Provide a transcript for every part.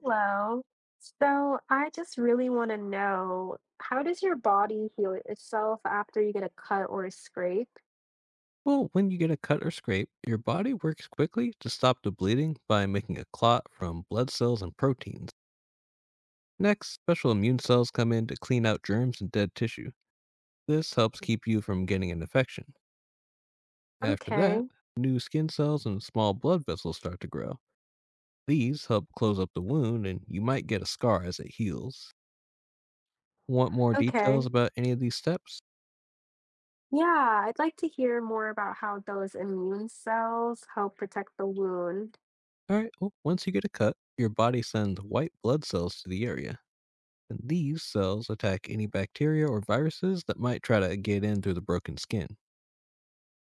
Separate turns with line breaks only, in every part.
Hello. So I just really want to know, how does your body heal itself after you get a cut or a scrape?
Well, when you get a cut or scrape, your body works quickly to stop the bleeding by making a clot from blood cells and proteins. Next, special immune cells come in to clean out germs and dead tissue. This helps keep you from getting an infection. After that,
Okay.
new skin cells and small blood vessels start to grow. These help close up the wound, and you might get a scar as it heals. Want more details
Okay.
about any of these steps?
Yeah, I'd like to hear more about how those immune cells help protect the wound.
Alright, well, once you get a cut, your body sends white blood cells to the area. And these cells attack any bacteria or viruses that might try to get in through the broken skin.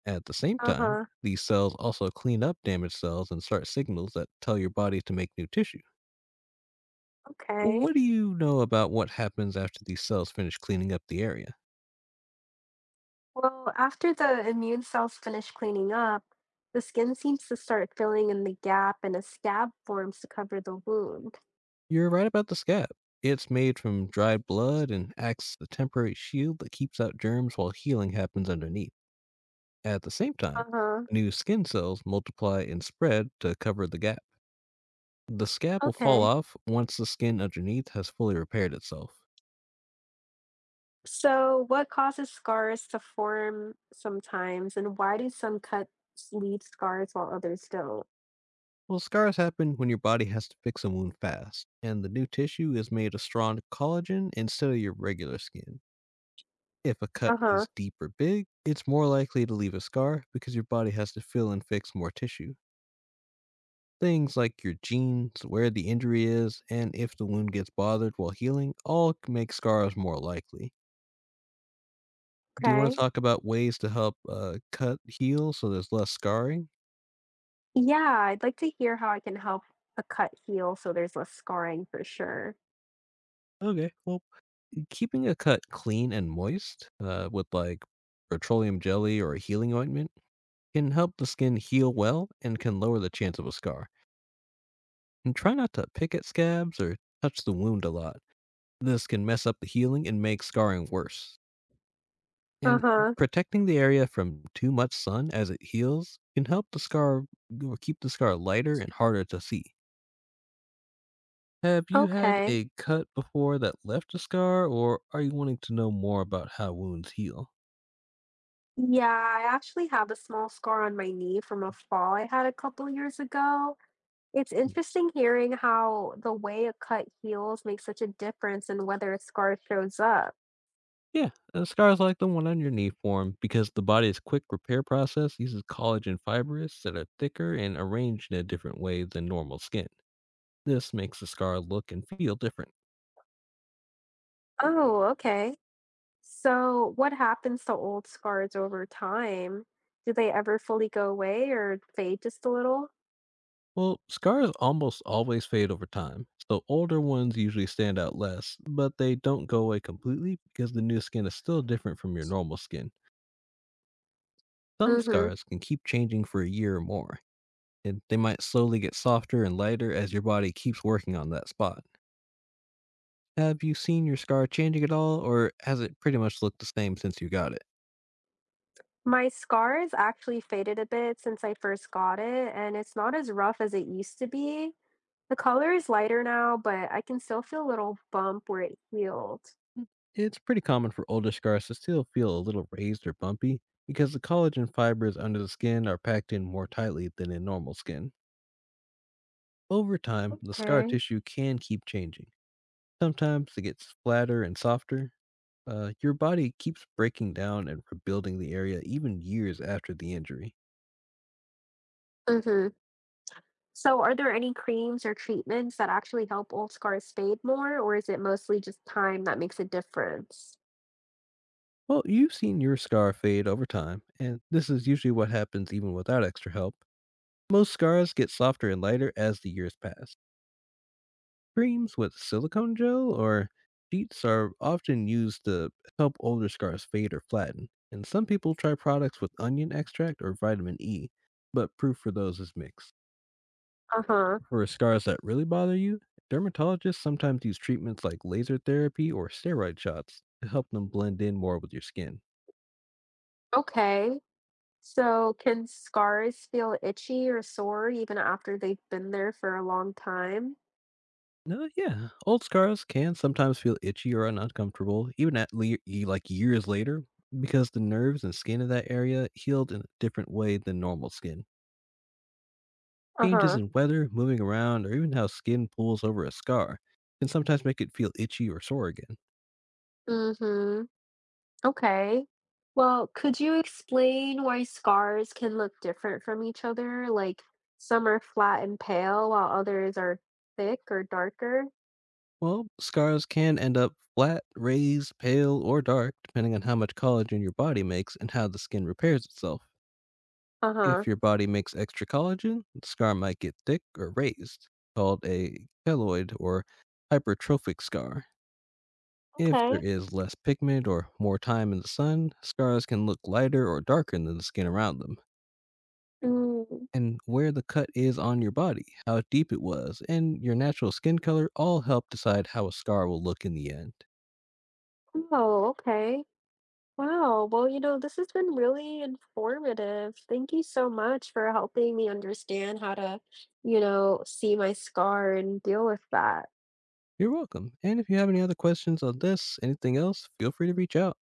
At the same time,
Uh-huh.
these cells also clean up damaged cells and start signals that tell your body to make new tissue.
Okay.
What do you know about what happens after these cells finish cleaning up the area?
Well, after the immune cells finish cleaning up, the skin seems to start filling in the gap and a scab forms to cover the wound.
You're right about the scab. It's made from dried blood and acts as a temporary shield that keeps out germs while healing happens underneath. At the same time,
Uh-huh.
new skin cells multiply and spread to cover the gap. The scab will fall
Okay.
off once the skin underneath has fully repaired itself.
So, what causes scars to form sometimes, and why do some cuts leave scars while others don't?
Well, scars happen when your body has to fix a wound fast, and the new tissue is made of strong collagen instead of your regular skin. If a cut
Uh huh.
is deep or big, it's more likely to leave a scar because your body has to fill and fix more tissue. Things like your genes, where the injury is, and if the wound gets bothered while healing make scars more likely. Do you want to
Okay.
talk about ways to help cut heal so there's less scarring?
Yeah, I'd like to hear how I can help a cut heal so there's less scarring for sure.
Okay, well, keeping a cut clean and moist with like petroleum jelly or a healing ointment can help the skin heal well and can lower the chance of a scar. And try not to pick at scabs or touch the wound a lot. This can mess up the healing and make scarring worse.
Uh
And
huh.
protecting the area from too much sun as it heals can help the scar or keep the scar lighter and harder to see. Have you had
Okay.
a cut before that left a scar, or are you wanting to know more about how wounds heal?
Yeah, I actually have a small scar on my knee from a fall I had a couple years ago. It's interesting hearing how the way a cut heals makes such a difference in whether a scar shows up.
Yeah, scars like the one on your knee form because the body's quick repair process uses collagen fibers that are thicker and arranged in a different way than normal skin. This makes the scar look and feel different.
Oh, okay. So, what happens to old scars over time? Do they ever fully go away or fade just a little?
Well, scars almost always fade over time, so older ones usually stand out less, but they don't go away completely because the new skin is still different from your normal skin. Some
Mm-hmm.
scars can keep changing for a year or more, and they might slowly get softer and lighter as your body keeps working on that spot. Have you seen your scar changing at all, or has it pretty much looked the same since you got it?
My scar has actually faded a bit since I first got it, and it's not as rough as it used to be. The color is lighter now, but I can still feel a little bump where it healed.
Mm. It's pretty common for older scars to still feel a little raised or bumpy because the collagen fibers under the skin are packed in more tightly than in normal skin. Over time, the scar
Okay.
tissue can keep changing. Sometimes it gets flatter and softer. Your body keeps breaking down and rebuilding the area even years after the injury.
Mm-hmm. So, are there any creams or treatments that actually help old scars fade more, or is it mostly just time that makes a difference?
Well, you've seen your scar fade over time, and this is usually what happens even without extra help. Most scars get softer and lighter as the years pass. Creams with silicone gel or sheets are often used to help older scars fade or flatten. And some people try products with onion extract or vitamin E, but proof for those is mixed.
Uh huh.
For scars that really bother you, dermatologists sometimes use treatments like laser therapy or steroid shots to help them blend in more with your skin.
Okay. So, can scars feel itchy or sore even after they've been there for a long time?
No, yeah. Old scars can sometimes feel itchy or uncomfortable, even like years later, because the nerves and skin of that area healed in a different way than normal skin. Changes
Uh-huh.
in weather, moving around, or even how skin pulls over a scar can sometimes make it feel itchy or sore again.
Mm-hmm. Okay. Well, could you explain why scars can look different from each other? Like, some are flat and pale while others are thick or darker?
Well, scars can end up flat, raised, pale, or dark, depending on how much collagen your body makes and how the skin repairs itself. If
Uh-huh.
your body makes extra collagen, the scar might get thick or raised, called a keloid or hypertrophic scar. If there
Okay.
is less pigment or more time in the sun, scars can look lighter or darker than the skin around them,
Mm.
and where the cut is on your body, how deep it was, and your natural skin color all help decide how a scar will look in the end.
Oh, okay. Wow. Well, you know, this has been really informative. Thank you so much for helping me understand how to, see my scar and deal with that.
You're welcome. And if you have any other questions on this, anything else, feel free to reach out.